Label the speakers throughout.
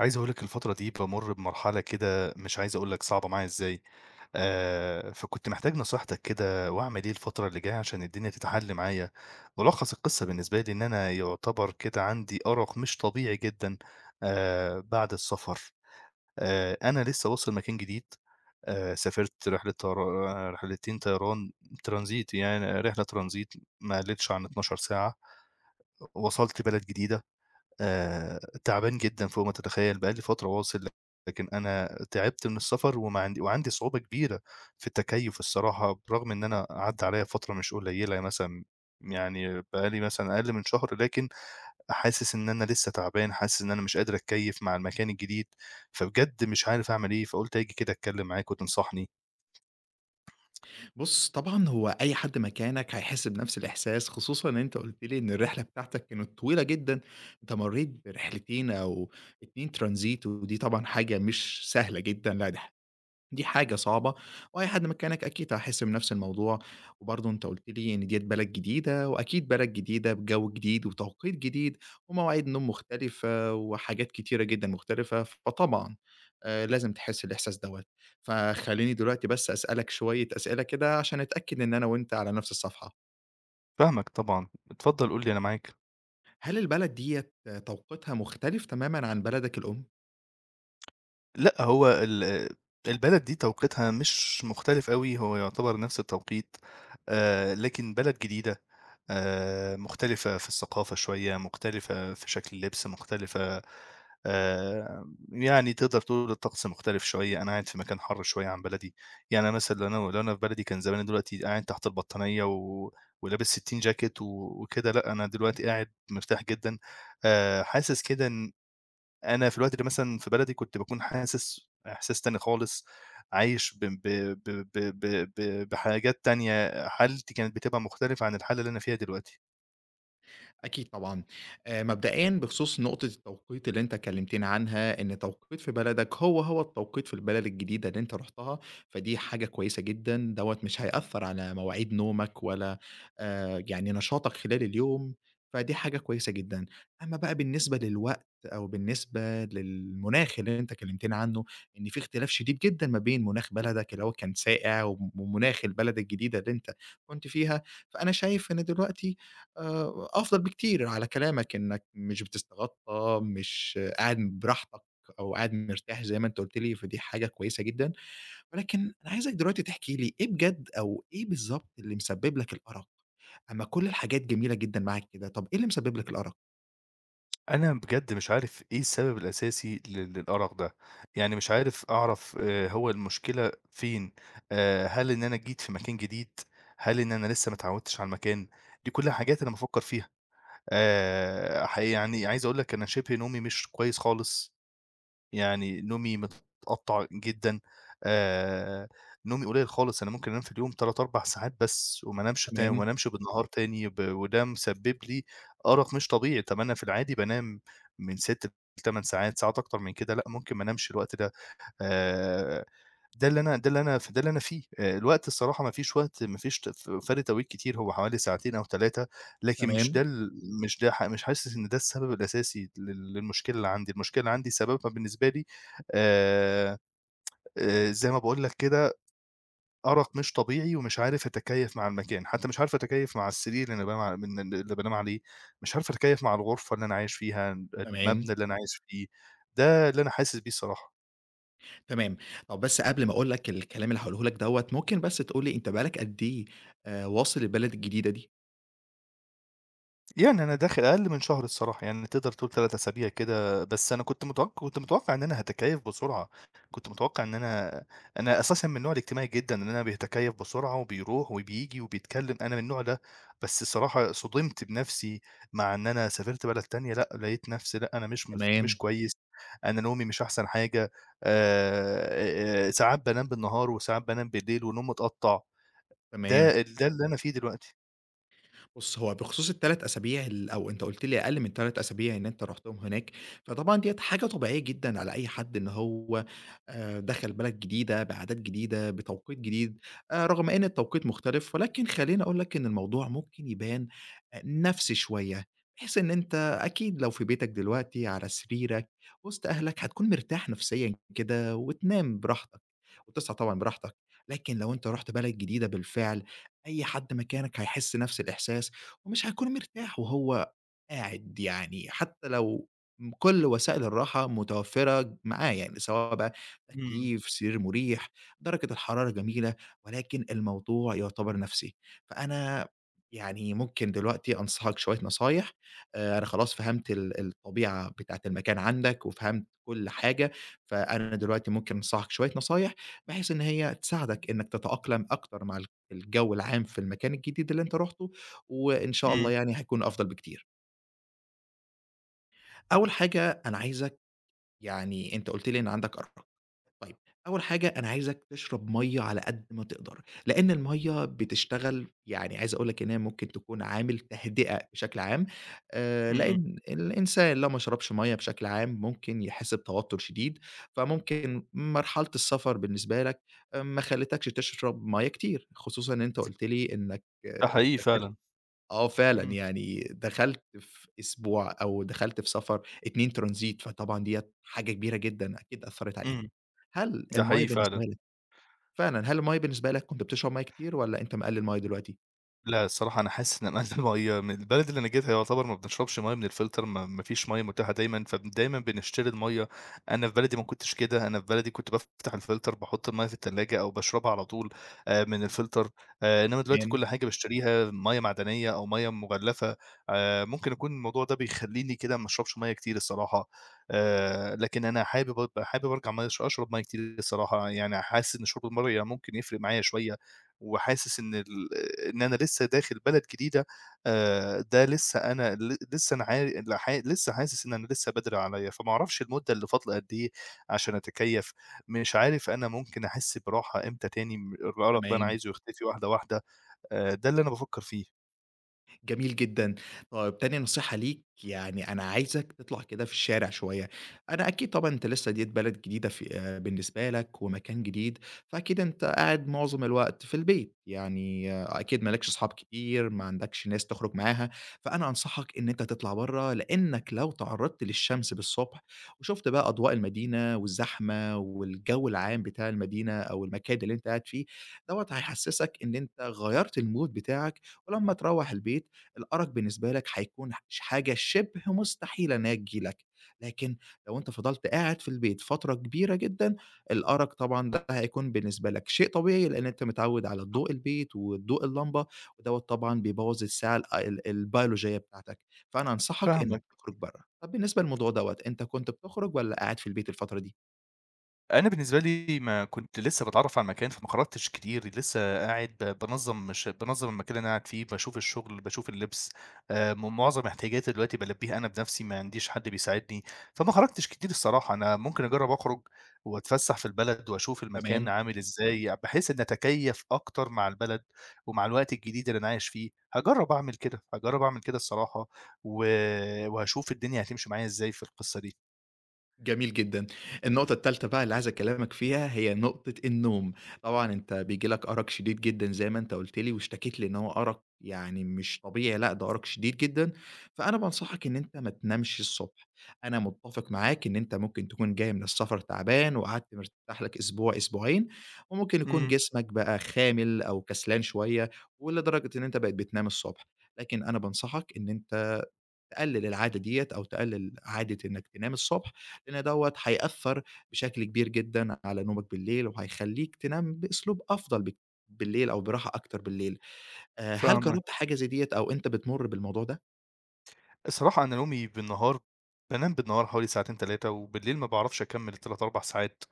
Speaker 1: عايز أقول لك الفترة دي بامُر بمرحلة كده مش عايز أقول لك صعبة معايا إزاي، فكنت محتاج نصيحتك كده وأعمل إيه الفترة اللي جاية عشان الدنيا تتحل معايا. ملخص القصة بالنسبة لي إن أنا يعتبر كده عندي أرق مش طبيعي جدًا بعد السفر. أنا لسه واصل مكان جديد، سافرت رحلة رحلتين طيران transit، يعني رحلة transit ما قلتش عن 12 ساعة، وصلت بلد جديدة. آآ تعبان جدًا فوق ما تتخيّل، بقى لي فترة واصل، لكن أنا تعبت من السفر وما عندي وعندي صعوبة كبيرة في التكيُّف الصراحة، برغم إن أنا عدّى عليّا فترة مش قليّلة مثلًا، يعني بقى لي مثلًا أقل من شهر، لكن حاسس إن أنا لسه تعبان، حاسس إن أنا مش قادر أتكيّف مع المكان الجديد، فبجد مش عارف أعمل إيه، فقُلت آجي كده أتكلّم معاك وتنصحني.
Speaker 2: بُص، طبعًا هو أي حد مكانك هيحس بنفس الإحساس، خصوصًا إن أنت قُلت لي إن الرحلة بتاعتك كانت طويلة جدًا، أنت مرّيت برحلتين أو 2 ترانزيت ودي طبعًا حاجة مش سهلة جدًا، لا ده دي حاجة صعبة، وأي حد مكانك أكيد هيحس بنفس الموضوع، وبرضه أنت قُلت لي إن ديّة بلد جديدة، وأكيد بلد جديدة بجو جديد وتوقيت جديد، ومواعيد نوم مختلفة، وحاجات كتيرة جدًا مختلفة، فطبعًا لازم تحس الإحساس دوّة، فخلّيني دلوقتي بس أسألك شوية أسئلة كده عشان أتأكد إن أنا وأنت على نفس الصفحة،
Speaker 1: فاهمك طبعًا، اتفضل قُل لي أنا معاك.
Speaker 2: هل البلد ديّة توقيتها مختلف تمامًا عن بلدك الأم؟
Speaker 1: لأ، هو ال البلد دي توقيتها مش مختلف أوي، هو يعتبر نفس التوقيت، لكن بلد جديدة، مختلفة في الثقافة شوية، مختلفة في شكل اللبس، مختلفة، يعني تقدر تقول الطقس مختلف شوية، أنا قاعد في مكان حَر شوية عن بلدي، يعني أنا مثلًا لو أنا في بلدي كان زماني دلوقتي قاعد تحت البطانية ولابس 60 جاكيت وكده، لأ، أنا دلوقتي قاعد مرتاح جدًا، حاسس كده إن أنا في الوقت ده مثلًا في بلدي كنت باكون حاسس إحساس تاني خالص، عايش ب ب ب ب ب ب بحاجات تانية، حالتي كانت بتبقى مختلفة عن الحالة اللي أنا فيها دلوقتي.
Speaker 2: أكيد طبعًا. مبدئيًا بخصوص نقطة التوقيت اللي أنت كلمتني عنها، إن توقيت في بلدك هو، هو التوقيت في البلد الجديدة اللي أنت رُحتها، فدي حاجة كويسة جدًا، دوّة مش هيأثّر على مواعيد نومك ولا يعني نشاطك خلال اليوم، فدي حاجة كويسة جدًا. أمّا بقى بالنسبة للوقت أو بالنسبة للمناخ اللي أنت كلمتني عنه، إن في اختلاف شديد جدًا ما بين مناخ بلدك اللي هو كان ساقع ومناخ البلد الجديدة اللي أنت كنت فيها، فأنا شايف إن دلوقتي أفضل بكتير على كلامك إنّك مش بتستغطّى، مش قاعد براحتك أو قاعد مرتاح زي ما أنت قُلت لي، فدي حاجة كويسة جدًا، ولكن أنا عايزك دلوقتي تحكي لي إيه بجد أو إيه بالضبط اللي مسبّب لك الأرق؟ أمّا كل الحاجات جميلة جدًا معاك كده، طَب إيه اللي مسبّب لك الأرق؟
Speaker 1: أنا بجد مش عارف إيه السبب الأساسي للأرق ده، يعني مش عارف أعرف هو المشكلة فين، هل إن أنا جيت في مكان جديد، هل إن أنا لسه ما اتعودتش على المكان؟ دي كلها حاجات أنا بافكّر فيها. ح يعني عايز أقول لك أنا شِبه نومي مش كويس خالص. يعني نومي متقطّع جدًا، آآ نومي قليل خالص، أنا ممكن أنام في اليوم 3، 4 ساعات بس وما
Speaker 2: تمام،
Speaker 1: أنامش بالنهار تاني، وده مسبب لي أرق مش طبيعي، طَب أنا في العادي بانام من 6 ل8 ساعات، ساعات أكتر من كده لأ، ممكن ما أنامش الوقت ده. آآ ده اللي أنا ده اللي أنا ف ده اللي أنا فيه، الوقت الصراحة ما فيش ت ف فرق توقيت كتير، هو حوالي ساعتين أو 3. لكن مش
Speaker 2: تمام،
Speaker 1: ده ال مش ده ح مش حاسس إن ده السبب الأساسي للمشكلة اللي عندي، المشكلة اللي عندي سببها بالنسبة لي آآ زي ما باقول لك كده أرق مش طبيعي ومش عارف أتكيّف مع المكان، حتى مش عارف أتكيّف مع السرير اللي أنا بانام ع من اللي بانام عليه، مش عارف أتكيّف مع الغرفة اللي أنا عايش فيها،
Speaker 2: تمام،
Speaker 1: المبنى اللي أنا عايش فيه، ده اللي أنا حاسس بيه الصراحة.
Speaker 2: تمام. طَب بس قبل ما أقول لك الكلام اللي هاقوله لك دوّة، ممكن بس تقول لي أنت بقى لك قد إيه واصل البلد الجديدة دي؟
Speaker 1: يعني أنا داخل أقل من شهر الصراحة، يعني تقدر تقول 3 أسابيع كده، بس أنا كنت متوقع إن أنا هاتكيّف بسرعة، كنت متوقع إن أنا أنا أساسًا من النوع الاجتماعي جدًا، إن أنا بيتكيّف بسرعة وبيروح وبييجي وبيتكلّم، أنا من النوع ده، بس الصراحة صُدمت بنَفْسي مع إن أنا سافرت بلد تانية، لأ، لقيت نَفْسي لأ، أنا
Speaker 2: تمام،
Speaker 1: مش كويس، أنا نومي مش أحسن حاجة، ساعات بانام بالنهار وساعات بانام بالليل ونوم متقطّع،
Speaker 2: تمام.
Speaker 1: ده اللي أنا فيه دلوقتي.
Speaker 2: بُص، هو بخصوص ال3 أسابيع أو أنت قُلت لي أقل من 3 أسابيع إن أنت رُحتهم هناك، فطبعًا ديّة حاجة طبيعية جدًا على أي حد إن هو دخل بلد جديدة، بعادات جديدة، بتوقيت جديد، رغم إن التوقيت مختلف، ولكن خلّيني أقول لك إن الموضوع ممكن يبان نَفْسي شوية، بحيث إن أنت أكيد لو في بيتك دلوقتي على سريرك وسط أهلك هتكون مرتاح نفسيًا كده وتنام براحتك، وتصحى طبعًا براحتك، لكن لو أنت رُحت بلد جديدة بالفعل أي حد مكانك هيحس نفس الإحساس، ومش هيكون مرتاح وهو قاعد يعني حتى لو كل وسائل الراحة متوفرة معاه، يعني سواء بقى
Speaker 1: إمم.
Speaker 2: تكييف، سرير مريح، درجة الحرارة جميلة، ولكن الموضوع يعتبر نفسي. فأنا يعني ممكن دلوقتي أنصحك شوية نصايح، أنا خلاص فهمت الطبيعة بتاعة المكان عندك، وفهمت كل حاجة، فأنا دلوقتي ممكن أنصحك شوية نصايح، بحيث إن هي تساعدك إنك تتأقلم أكتر مع الجو العام في المكان الجديد اللي أنت رُحته، وإن شاء الله
Speaker 1: إمم.
Speaker 2: يعني هيكون أفضل بكتير. أول حاجة أنا عايزك يعني أنت قُلت لي إن عندك أرق، طيب أول حاجة أنا عايزك تشرب مَيّة على قد ما تقدر، لإن المَيّة بتشتغل يعني عايز أقول لك إن هي ممكن تكون عامل تهدئة بشكل عام،
Speaker 1: إمم،
Speaker 2: لإن الإنسان لو ما شربش مَيّة بشكل عام ممكن يحس بتوتر شديد، فممكن مرحلة السفر بالنسبة لك ما خلّتكش تشرب مَيّة كتير، خصوصًا إن أنت قُلت لي إنك
Speaker 1: ده حقيقي
Speaker 2: سافرت
Speaker 1: فعلًا.
Speaker 2: فعلًا،
Speaker 1: إمم.
Speaker 2: يعني دخلت في أسبوع أو دخلت في سفر 2 transit فطبعًا ديّة حاجة كبيرة جدًا أكيد أثّرت عليك.
Speaker 1: إمم،
Speaker 2: هل
Speaker 1: ده
Speaker 2: المَيّة
Speaker 1: حقيقي
Speaker 2: بالنسبة
Speaker 1: فعلًا.
Speaker 2: لك فعلًا، هل المَيّة بالنسبة لك كنت بتشرب مَيّة كتير والّا أنت مقلِّل مَيّة دلوقتي؟
Speaker 1: لأ، الصراحة أنا حاسس إن أنا المَيّة من البلد اللي أنا جيتها يعتبر ما بنشربش مَيّة من الفلتر، ما فيش مَيّة متاحة دايمًا، فدايمًا بنشتري المَيّة. أنا في بلدي ما كنتش كده، أنا في بلدي كنت بافتح الفلتر، باحط المَيّة في التلاجة أو باشربها على طول من الفلتر، إنّما دلوقتي
Speaker 2: تمام،
Speaker 1: كل حاجة باشتريها مَيّة معدنية أو مَيّة مُغلّفة، ممكن يكون الموضوع ده بيخلّيني كده ما اشربش مَيّة كتير الصراحة، لكن أنا حابب أرجع مَيّة أشرب مَيّة كتير الصراحة، يعني حاسس إن شرب المَيّة ممكن يفرق معايا شوية. وحاسس إن أنا لسه داخل بلد جديدة، ده لسه أنا ل لسه أنا عار لح لسه حاسس إن أنا لسه بدري عليّا، فما أعرفش المدة اللي فاضلة قد إيه عشان أتكيّف، مش عارف أنا ممكن أحس براحة إمتى تاني، الأرق ده أنا
Speaker 2: تمام.
Speaker 1: عايزه يختفي واحدة واحدة، ده اللي أنا بافكّر فيه.
Speaker 2: جميل جدًا. طيب تاني نصيحة ليك، يعني أنا عايزك تطلع كده في الشارع شوية. أنا أكيد طبعًا أنت لسه ديّة بلد جديدة في بالنسبة لك ومكان جديد، فأكيد أنت قاعد معظم الوقت في البيت، يعني أكيد ما لكش أصحاب كتير، ما عندكش ناس تخرج معاها، فأنا أنصحك إن أنت تطلع برّه، لإنك لو تعرّضت للشمس بالصبح وشُفت بقى أضواء المدينة والزحمة والجو العام بتاع المدينة أو المكان اللي أنت قاعد فيه، دوّة هيحسّسك إن أنت غيّرت الmood بتاعك، ولمّا تروّح البيت الأرق بالنسبة لك هيكون حاجة شِبه مستحيلة إنها تيجي لك، لكن لو أنت فضلت قاعد في البيت فترة كبيرة جدًا، الأرق طبعًا ده هيكون بالنسبة لك شيء طبيعي، لإن أنت متعوّد على ضوء البيت وضوء اللمبة، ودوّة طبعًا بيبوّظ الساعة ال ال البيولوجية بتاعتك، فأنا أنصحك إنك
Speaker 1: فاهمك.
Speaker 2: تخرج برّه. طَب بالنسبة للموضوع دوّة، أنت كنت بتخرج والّا قاعد في البيت الفترة دي؟
Speaker 1: أنا بالنسبة لي ما كنت لسه باتعرّف على المكان، فما خرجتش كتير، لسه قاعد بانظّم، مش بانظّم المكان اللي أنا قاعد فيه، باشوف الشغل، باشوف اللبس، م معظم احتياجاتي دلوقتي بالبّيها أنا بنَفْسي، ما عنديش حد بيساعدني، فما خرجتش كتير الصراحة، أنا ممكن أجرّب أخرج وأتفسّح في البلد وأشوف المكان
Speaker 2: تمام.
Speaker 1: عامل إزاي، بحيث إني أتكيّف أكتر مع البلد ومع الوقت الجديد اللي أنا عايش فيه، هاجرّب أعمل كده، هاجرّب أعمل كده الصراحة، و وهاشوف الدنيا هتمشي معايا إزاي في القصة دي.
Speaker 2: جميل جدًا. النقطة التالتة بقى اللي عايز أكلّمك فيها هي نقطة النوم. طبعًا أنت بييجي لك أرق شديد جدًا زي ما أنت قُلت لي واشتكيت لي إن هو أرق يعني مش طبيعي، لأ ده أرق شديد جدًا، فأنا بانصحك إن أنت ما تنامش الصبح. أنا متّفق معاك إن أنت ممكن تكون جاي من السفر تعبان وقعدت مرتاح لك أسبوع، أسبوعين وممكن يكون
Speaker 1: إمم،
Speaker 2: جسمك بقى خامل أو كسلان شوية ولدرجة إن أنت بقيت بتنام الصبح. لكن أنا بانصحك إن أنت تقلل العادة ديّة أو تقلل عادة إنك تنام الصبح، لإن دوّة هيأثّر بشكل كبير جدًا على نومك بالليل، وهيخلّيك تنام بأسلوب أفضل بالليل أو براحة أكتر بالليل. هل جرّبت
Speaker 1: فاهمِك.
Speaker 2: حاجة زي ديّة أو أنت بتمُر بالموضوع ده؟
Speaker 1: الصراحة أنا نومي بالنهار، بانام بالنهار حوالي ساعتين 3، وبالليل ما باعرفش أكمّل ال3، 4 ساعات،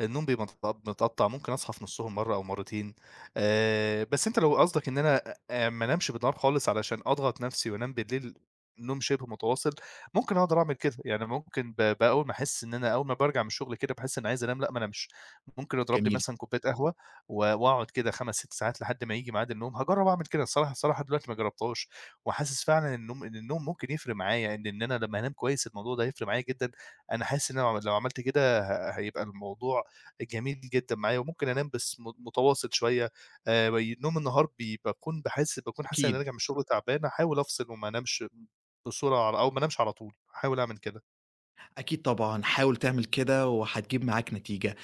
Speaker 1: النوم بيبقى متقطّع، ممكن أصحى في نُصّهم مرّة أو مرّتين، بس أنت لو قصدك إن أنا ما انامش بالنهار خالص علشان أضغط نَفْسي وأنام بالليل نوم شِبه متواصل، ممكن أقدر أعمل كده، يعني ممكن ب بأول ما أحس إن أنا أول ما بارجع من الشغل كده باحس إنّي عايز أنام، لأ ما انامش، ممكن أضرب لي
Speaker 2: جميل،
Speaker 1: مثلًا كوباية قهوة وأقعد كده 5، 6 ساعات لحد ما ييجي ميعاد النوم، هاجرّب أعمل كده الصراحة، دلوقتي ما جرّبتهاش، وحاسس فعلًا ان النوم إن النوم ممكن يفرق معايا، إن أنا لمّا أنام كويس الموضوع ده هيفرق معايا جدًا، أنا حاسس إن أنا لو عملت كده هيبقى الموضوع جميل جدًا معايا، وممكن أنام بس متواصل شوية، ي نوم النهار بي باكون باحس باكون حاسس إن أنا
Speaker 2: أكيد،
Speaker 1: راجع من الشغل تعبان، أحاول أفصل وما أنامش بسرعة على- أو ما أنامش على طول، أحاول أعمل كده.
Speaker 2: أكيد طبعًا، حاول تعمل كده وهتجيب معاك نتيجة.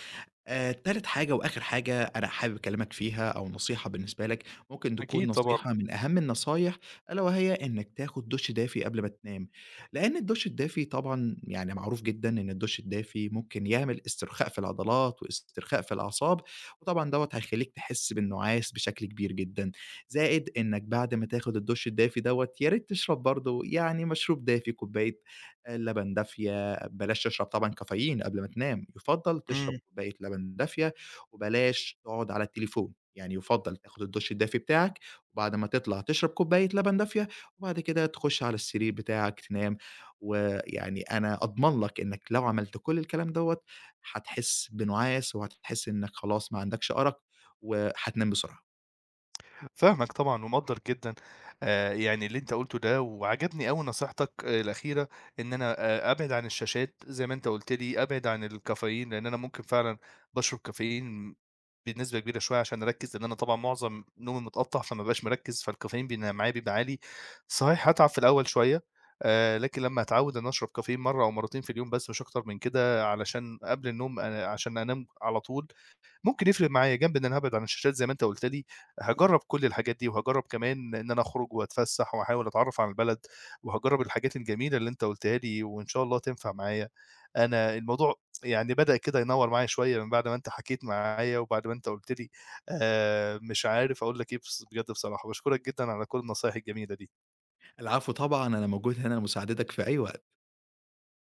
Speaker 2: تالت حاجة وآخر حاجة أنا حابب أكلمك فيها أو نصيحة بالنسبة لك، ممكن تكون
Speaker 1: أكيد طبعًا.
Speaker 2: نصيحة من أهم النصايح ألا وهي إنك تاخد دُش دافي قبل ما تنام، لأن الدُش الدافي طبعًا يعني معروف جدًا إن الدُش الدافي ممكن يعمل استرخاء في العضلات واسترخاء في الأعصاب، وطبعًا دوّة هيخلّيك تحس بالنُعاس بشكل كبير جدًا، زائد إنك بعد ما تاخد الدُش الدافي دوّة يا ريت تشرب برضه يعني مشروب دافي، كوباية لبن دافية بلاش تشرب طبعًا كافيين قبل ما تنام، يُفضّل تشرب
Speaker 1: إمم.
Speaker 2: كوباية لبن دافية، وبلاش تقعد على التليفون، يعني يُفضّل تاخد الدُش الدافي بتاعك، وبعد ما تطلع تشرب كوباية لبن دافية، وبعد كده تخش على السرير بتاعك تنام، ويعني أنا أضمن لك إنك لو عملت كل الكلام دوّة، هتحس بنُعاس وهتحس إنك خلاص ما عندكش أرق، وهتنام بسرعة.
Speaker 1: فاهمك طبعًا ومقدّر جدًا يعني اللي أنت قُلته ده، وعجبني أوي نصيحتك، آه، الأخيرة، إن أنا أبعد عن الشاشات زي ما أنت قُلت لي، أبعد عن الكافيين لإن أنا ممكن فعلًا باشرب كافيين بنسبة كبيرة شوية عشان أركّز، لإن أنا طبعًا معظم نومي متقطّع فما بابقاش مركّز، فالكافيين بيبقى عالي. صحيح هاتعب في الأول شوية، لكن لمّا أتعوّد إن أشرب كافيين مرّة أو مرّتين في اليوم بس مش أكتر من كده، علشان قبل النوم عشان أنام على طول، ممكن يفرق معايا جنب إن أنا هابعد عن الشاشات زي ما أنت قُلت لي، هاجرّب كل الحاجات دي، وهاجرّب كمان إن أنا أخرج وأتفسّح وأحاول أتعرّف على البلد، وهاجرّب الحاجات الجميلة اللي أنت قُلتها لي، وإن شاء الله تنفع معايا. أنا الموضوع يعني بدأ كده ينوّر معايا شوية من بعد ما أنت حكيت معايا، وبعد ما أنت قُلت لي، مش عارف أقول لك إيه، بص بجد بصراحة، باشكرك جدًا على كل النصايح الجميلة دي.
Speaker 2: العفو طبعًا، أنا موجود هنا لمساعدتك في أي وقت.